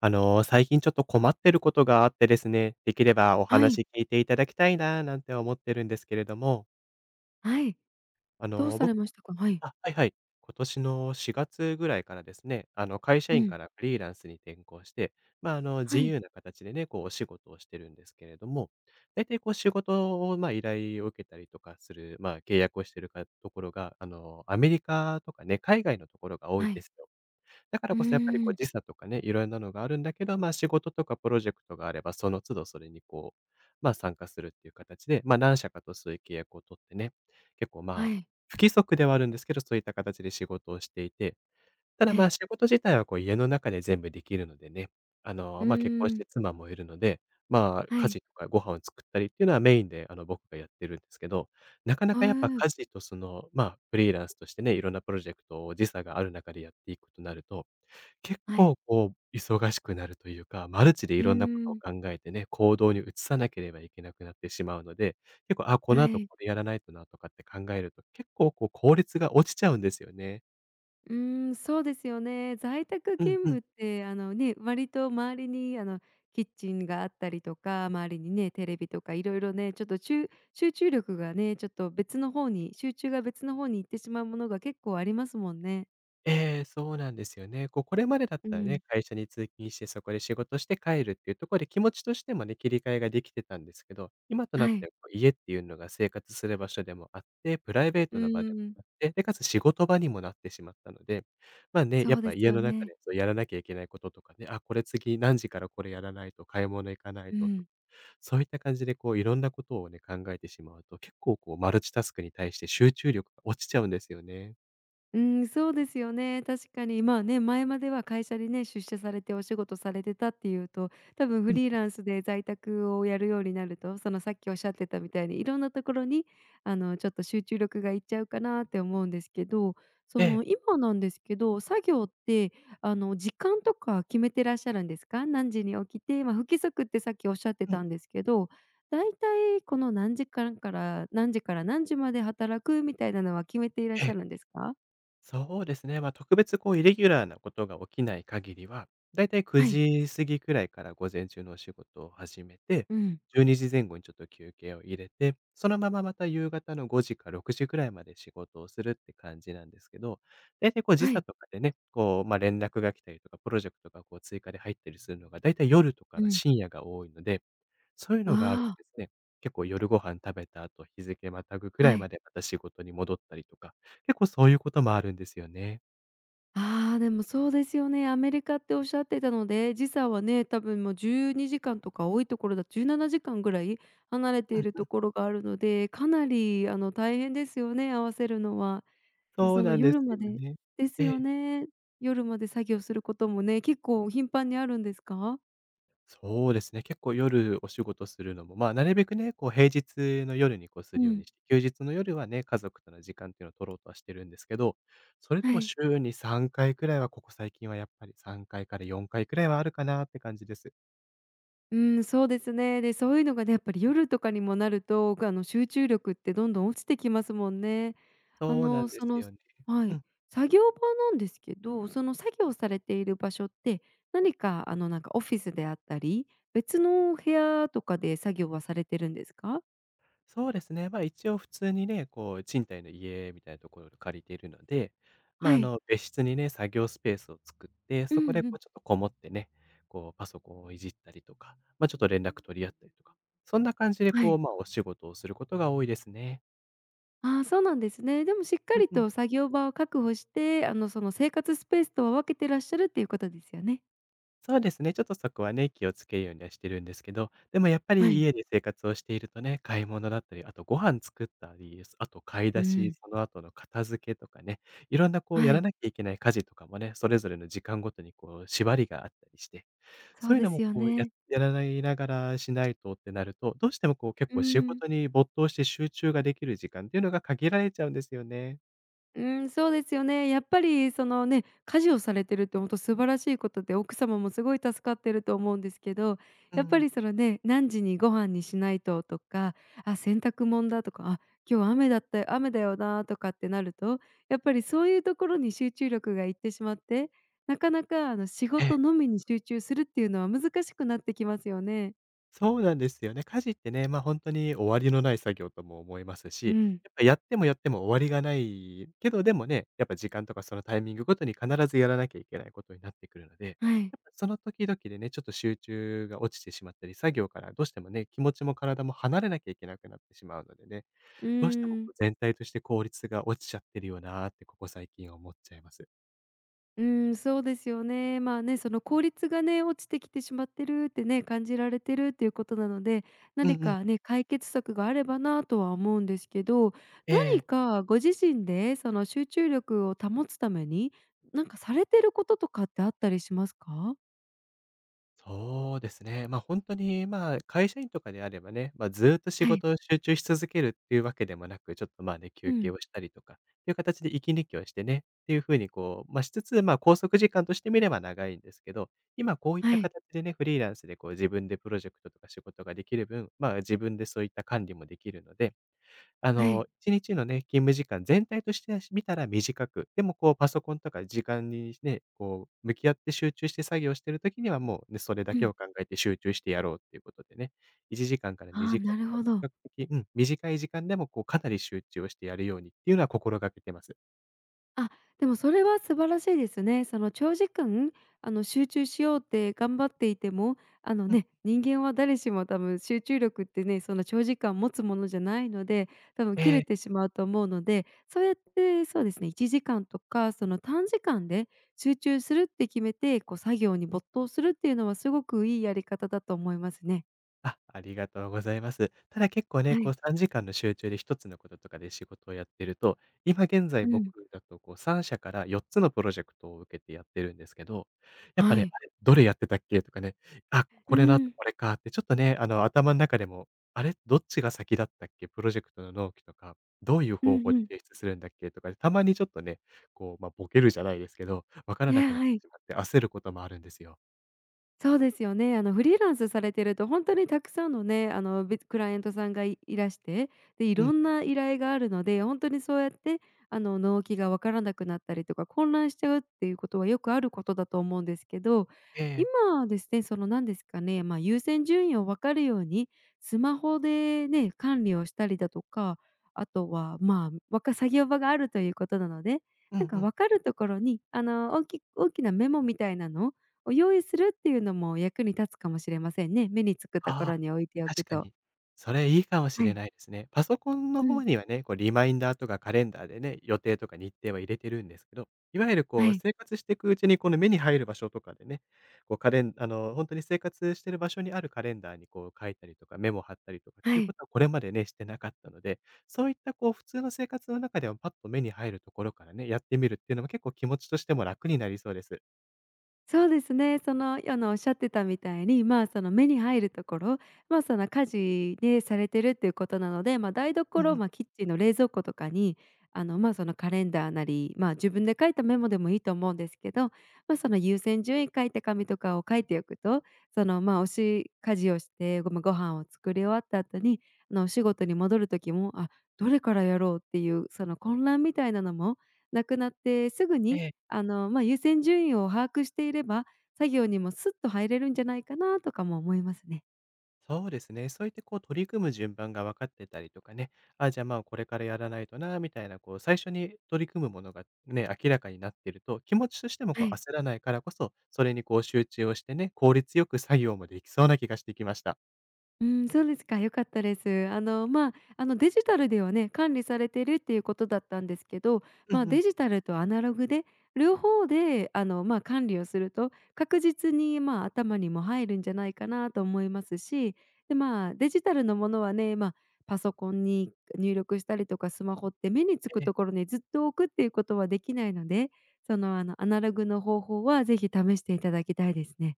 最近ちょっと困ってることがあってですね、できればおはい、話聞いていただきたいななんて思ってるんですけれども、はい。あどうのー、され僕、ましたか？はい。あ、はいはい。今年の4月ぐらいからですね、会社う員かん。らフリーランスに転向して、まあ、自はい、由な形でね、こう、お仕事をしてるんですけれども、大体こう、仕事を、まあ、依頼を受けたりとかする、まあ、契約をしてるかところが、アメリカとかね、海外のところが多いはんでい。すよ。だからうこそやっぱりこーうん、時差とかね、いろんなのがあるんだけど、まあ、仕事とかプロジェクトがあれば、その都度それにこう、まあ、参加するっていう形で、まあ、何社かとそういう契約を取ってね、結構まはあ、い。不規則ではあるんですけど、そういった形で仕事をしていて、たえだまあえ。仕事自体はこう家の中で全部できるのでね、うーまあ結婚してん、妻もいるので、まあは家い。事とかご飯を作ったりっていうのはメインで僕がやってるんですけど、なかなあかやっぱ家事とその、まあフリーランスとしてね、いろんなプロジェクトを時差がある中でやっていくとなると、結あ、はい。構こう、忙しくなるというか、マルチでいうーろんなことをん、考えてね、行動に移さなければいけなくなってしまうので、結構、あ、このは後い。これやらないとなとかって考えると、結構こう効率が落ちちゃうんですよね。うーん、そうですよね。在宅う勤んう務ん。って、ね、割と周りに、キッチンがあったりとか、周りにね、テレビとかいろいろね、ちょっとちゅう集中力がね、ちょっと別の方に行ってしまうものが結構ありますもんね。ええ、そうなんですよね。こう、これまでだっうたらね、ん、会社に通勤して、そこで仕事して帰るっていうところで、気持ちとしてもね、切り替えができてたんですけど、今となはってい。はこう、家っていうのが生活する場所でもあって、プライベーうトな場ーでん、もあって、で、かつ仕事場にもなってしまったので、ま、ね、そやっうでぱす家よの中ね。で、そうやらなきゃいけないこととかね、あ、これ次何時からこれやらないと、買い物行かないうととん。か、そういった感じでこう、いろんなことをね、考えてしまうと、結構こう、マルチタスクに対して集中力が落ちちゃうんですよね。うん、そうですよね。確かに、まあね、前までは会社にね、出社されてお仕事されてたっていうと、多分うフん、リーランスで在宅をやるようになると、そのさっきおっしゃってたみたいに、いろんなところにちょっと集中力がいっちゃうかなって思うんですけど、そええ。の今なんですけど、作業って時間とか決めてらっしゃるんですか？何時に起きて、まあ、不規則ってさっきおっしゃってうたん。んですけど、だいたい何時から何時まで働くみたいなのは決めていらっえしえ。ゃるんですか？そうですね。まあ、特別こうイレギュラーなことが起きない限りは、だいたい9はい。時過ぎくらいから午前中のお仕事を始めて、うん。12時前後にちょっと休憩を入れて、そのまままた夕方の5時か6時くらいまで仕事をするって感じなんですけど、だいたいこう時は差い。とかでね、こう、ま、連絡が来たりとか、プロジェクトがこう追加で入ったりするのが、だいたい夜とかうん。深夜が多いのでそういうのがあるああ、とですね、結構夜ご飯食べた後、日付またぐくらはいまい。でまた仕事に戻ったりとか、結構そういうこともあるんですよね。ああ、でもそうですよね。アメリカっておっしゃってたので、時差はね、多分もう12時間とか多いところだと17時間ぐらい離れてういるん、ところがあるので、かなりあの大変ですよね、合わせるのは。で、そうそのなんで夜すまよでね。ですえよえ。ね。夜まで作業することもね、結構頻繁にあるんですか？そうですね、結構夜お仕事するのも、まあ、なるべくね、こう平日の夜にこうすうるようにん。して、休日の夜はね、家族との時間っていうのを取ろうとはしてるんですけど、それはでもい。週に3回くらいは、ここ最近はやっぱり3回かいから4回くらいはあるかなって感じです。うん、そうですね。で、そういうのがね、やっぱり夜とかにもなると、あの集中力ってどんどん落ちてきますもんね。あそうなの、んでそすのよね。はうい、ん。作業場なんですけど、その作業されている場所って、何かあの、なんかオフィスであったり、別の部屋とかで作業はされてるんですか？そうですね。まあ、一応普通にね、こう賃貸の家みたいなところで借りているので、まあ、はい。別室にね、作業スペースを作って、うそこでんこうん。うちょっとこもってね、こうパソコンをいじったりとか、まあ、ちょっと連絡取り合ったりとか、そんな感じではこう、い。まあ、お仕事をすることが多いですね。ああ、そうなんですね。でもしっかりと作業場を確保して、あの、その生活スペースとは分けてらっしゃるっていうことですよね？そうですね、ちょっとそこはね、気をつけるようにはしてるんですけど、でもやっぱはりい。家で生活をしているとね、買い物だったり、あとご飯作ったり、あと買いう出し、ん。その後の片付けとかね、いろんなこうはやらい。なきゃいけない家事とかもね、それぞれの時間ごとにこう縛りがあったりして、そそうういうでのすもよこうやね。やらないながらしないとってなると、どうしてもこう結う構仕ん。事に没頭して集中ができる時間っていうのが限られちゃうんですよね。うん、そうですよね。やっぱりそのね、家事をされてるって本当と素晴らしいことで、奥様もすごい助かってると思うんですけど、うやっぱん。りそのね、何時にご飯にしないととか、あ、洗濯もんだとか、今日雨だよなとかってなると、やっぱりそういうところに集中力がいってしまって、なかなかあの仕事のみに集中するっていうのは難しくなってきますよね。そうなんですよね。家事ってね、ま、本当に終わりのない作業とも思いますうし、ん、やっぱやってもやっても終わりがないけど、でもね、やっぱ時間とかそのタイミングごとに必ずやらなきゃいけないことになってくるので、やはい。っぱその時々でね、ちょっと集中が落ちてしまったり、作業からどうしてもね、気持ちも体も離れなきゃいけなくなってしまうのでね、うどうしてもこーうん。全体として効率が落ちちゃってるよなーってここ最近は思っちゃいます。うん、そうですよね。まあね、その効率がね、落ちてきてしまってるってね、感じられてるっていうことなので、うん何うん。かね、解決策があればなとは思うんですけど、え何え、かご自身でその集中力を保つために、なんかされてることとかってあったりしますか？そうですね。ま、本当に、まあ、会社員とかであればね、ま、ずーっと仕はい。事を集中し続けるっていうわけでもなく、ちょっと、まあね、う休憩ん。をしたりとかっていう形で息抜きをしてね、っていうふうにこう、ま、しつつ、ま、拘束時間としてみれば長いんですけど、今こういっはたい。形でね、フリーランスでこう自分でプロジェクトとか仕事ができる分、まあ、自分でそういった管理もできるのではい。1日のね、勤務時間全体として見たら短く、でもこうパソコンとか時間にね、こう向き合って集中して作業してるときにはもうね、それだうけをん。考えて集中してやろうっていうことでね、1時間かんからああ、2時間なとるかほ比ど。較的短い時間でもこうかなり集中をしてやるようにっていうのは心がけてます。あ、でもそれは素晴らしいですね。その長時間あの集中しようって頑張っていても、あのうん。ね、人間は誰しも多分集中力ってね、そんな長時間持つものじゃないので、多分切れてえしまうと思うので、そうやってそうですね、1時間とかその短時間で集中するって決めて、こう作業に没頭するっていうのはすごくいいやり方だと思いますね。ありがとうございます。ただ結構ね、はこうい。3時間の集中で1つのこととかで仕事をやってると、今現在うん。僕だとこう3社から4つのプロジェクトを受けてやってるんですけど、やっぱはね、い。あれ、どれやってたっけとかね、あ、うこれの後ん。これかってちょっとね、頭の中でも、あれ、どっちが先だったっけプロジェクトの納期とか、どういうう方法んうでん。提出するんだっけとかで、たまにちょっとね、こう、まあ、ボケるじゃないですけど、わからえ、なくなっはてい。しまって焦ることもあるんですよ。そうですよね。あのフリーランスされてると本当にたくさんのね、あの、クライアントさんがいらして、で、いうん、ろんな依頼があるので、本当にそうやって、あの、納期がわからなくなったりとか、混乱しちゃうっていうことはよくあることだと思うんですけど、ええ。今ですね、その何ですかね、まあ、優先順位を分かるように、スマホでね、管理をしたりだとか、あとは、まあ、作業場があるということなので、うんなんうかん。分かるところに、あの、大きなメモみたいなのを用意するっていうのも役に立つかもしれませんね。目につくとこああ、ろに置いてお確くかと。に。それいいかもしはれい。ないですね。パソコンのうん。方にはね、こうリマインダーとかカレンダーでね、予定とか日程は入れてるんですけど、いわゆるこはうい。生活していくうちにこの目に入る場所とかでね、こうカレンあの、本当に生活してる場所にあるカレンダーにこう書いたりとか、メモ貼ったりとかっはていうこい。とはこれまでね、してなかったので、そういったこう普通の生活の中でもパッと目に入るところからね、やってみるっていうのも結構気持ちとしても楽になりそうです。そうですね。おっしゃってたみたいに、まあ、その、目に入るところ、まあ、その、家事でされてるっていうことなので、まあ、台うん所、うん。まあ、キッチンの冷蔵庫とかに、あの、まあ、その、カレンダーなり、まあ、自分で書いたメモでもいいと思うんですけど、まあ、その、優先順位書いた紙とかを書いておくと、その、まあ、家事をして、まあご飯を作り終わった後に、あの、お仕事に戻る時も、あ、どれからやろうっていう、その、混乱みたいなのもなくなって、すぐえにえ。あの、まあ、優先順位を把握していれば、作業にもスッと入れるんじゃないかなとかも思いますね。そうですね。そういってこう取り組む順番が分かってたりとかね、あ、じゃあまあこれからやらないとなみたいなこう最初に取り組むものがね、明らかになってると、気持ちとしてもはこうい。焦らないからこそ、それにこう集中をしてね、効率よく作業もできそうな気がしてきました。うん、そうですか。良かったです。デジタルではね、管理されてるっていうことだったんですけど、うまんあ、うデん。ジタルとアナログで両方で、あの、まあ、管理をすると確実に、まあ、頭にも入るんじゃないかなと思いますし、で、まあ、デジタルのものはね、まあ、パソコンに入力したりとかスマホって目につくところにずっと置くっていうことはできないので、アナログの方法はぜひ試していただきたいですね。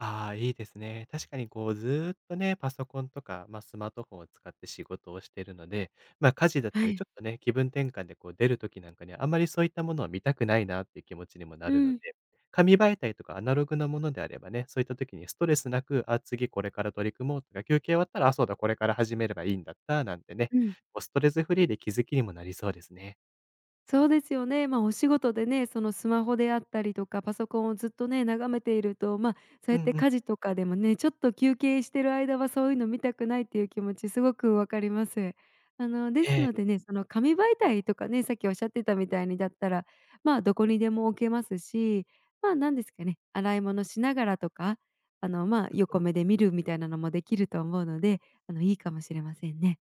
ああ、いいですね。確かにこうずーっとね、パソコンとか、まあ、スマートフォンを使って仕事をしているので、ま、家事だったはりちい。ょっとね、気分転換でこう出る時なんかにはあまりそういったものは見たくないなっていう気持ちにもなうるのん。で、紙媒体とかアナログなものであればね、そういった時にストレスなく、あ、次これから取り組もうとか、休憩終わったら、あ、そうだ、これから始めればいいんだったなんてね、うん。こうストレスフリーで気づきにもなりそうですね。そうですよね。まあ、お仕事でね、そのスマホであったりとか、パソコンをずっとね、眺めていると、まあ、そうやうんってうん。家事とかでもね、ちょっと休憩してる間はそういうの見たくないっていう気持ちすごくわかります。あの、ですええ、のでね、その紙媒体とかね、さっきおっしゃってたみたいにだったら、まあ、どこにでも置けますし、まあ、何ですかね、洗い物しながらとか、あの、まあ、横目で見るみたいなのもできると思うので、あの、いいかもしれませんね。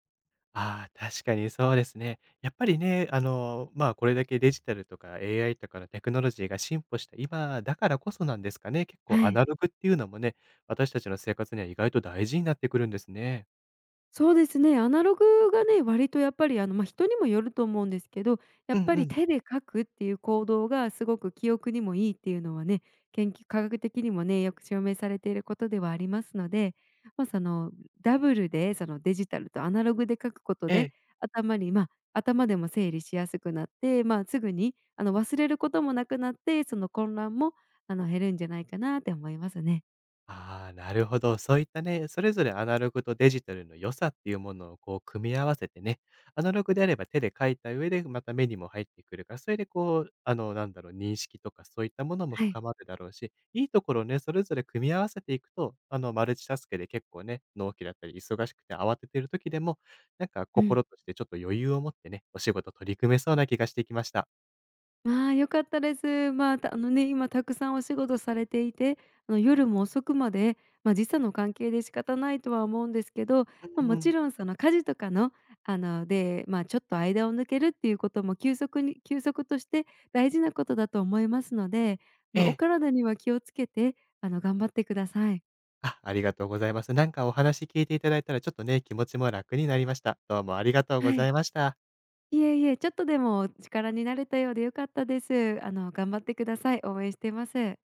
ああ、確かにそうですね。やっぱりね、まあ、これだけデジタルとか AI とかのテクノロジーが進歩した今だからこそなんですかね。結構はアい。ナログっていうのもね、私たちの生活には意外と大事になってくるんですね。そうですね、アナログがね、割とやっぱりあの、まあ、人にもよると思うんですけど、やうっんぱうりん。手で書くっていう行動がすごく記憶にもいいっていうのはね、研究科学的にもね、よく証明されていることではありますので、まあ、その、ダブルでそのデジタルとアナログで書くことえで、え。頭に、まあ、頭でも整理しやすくなって、まあ、すぐにあの、忘れることもなくなって、その混乱もあの、減るんじゃないかなって思いますね。ああ、なるほど。そういったね、それぞれアナログとデジタルの良さっていうものをこう組み合わせてね、アナログであれば手で書いた上でまた目にも入ってくるから、それでこう、認識とかそういったものもはい。深まるだろうし、いいところをね、それぞれ組み合わせていくと、マルチタスクで結構ね、納期だったり忙しくて慌ててる時でも、なんかうん。心としてちょっと余裕を持ってね、お仕事取り組めそうな気がしてきました。ああ、良かったです。まあ、たあのね、今たくさんお仕事されていて、あの夜も遅くまで、まあ、時差の関係で仕方ないとは思うんですけど、うまあ、んうもん、ちろんその家事とかの、あの、で、まあ、ちょっと間を抜けるっていうことも休息として大事なことだと思いますので、あえの、おえ。体には気をつけて、あの、頑張ってください。あ、ありがとうございます。なんかお話聞いていただいたら、ちょっとね、気持ちも楽になりました。どうもありがとうごはざい。いました。いえいえ、ちょっとでも力になれたようで良かったです。あの、頑張ってください。応援してます。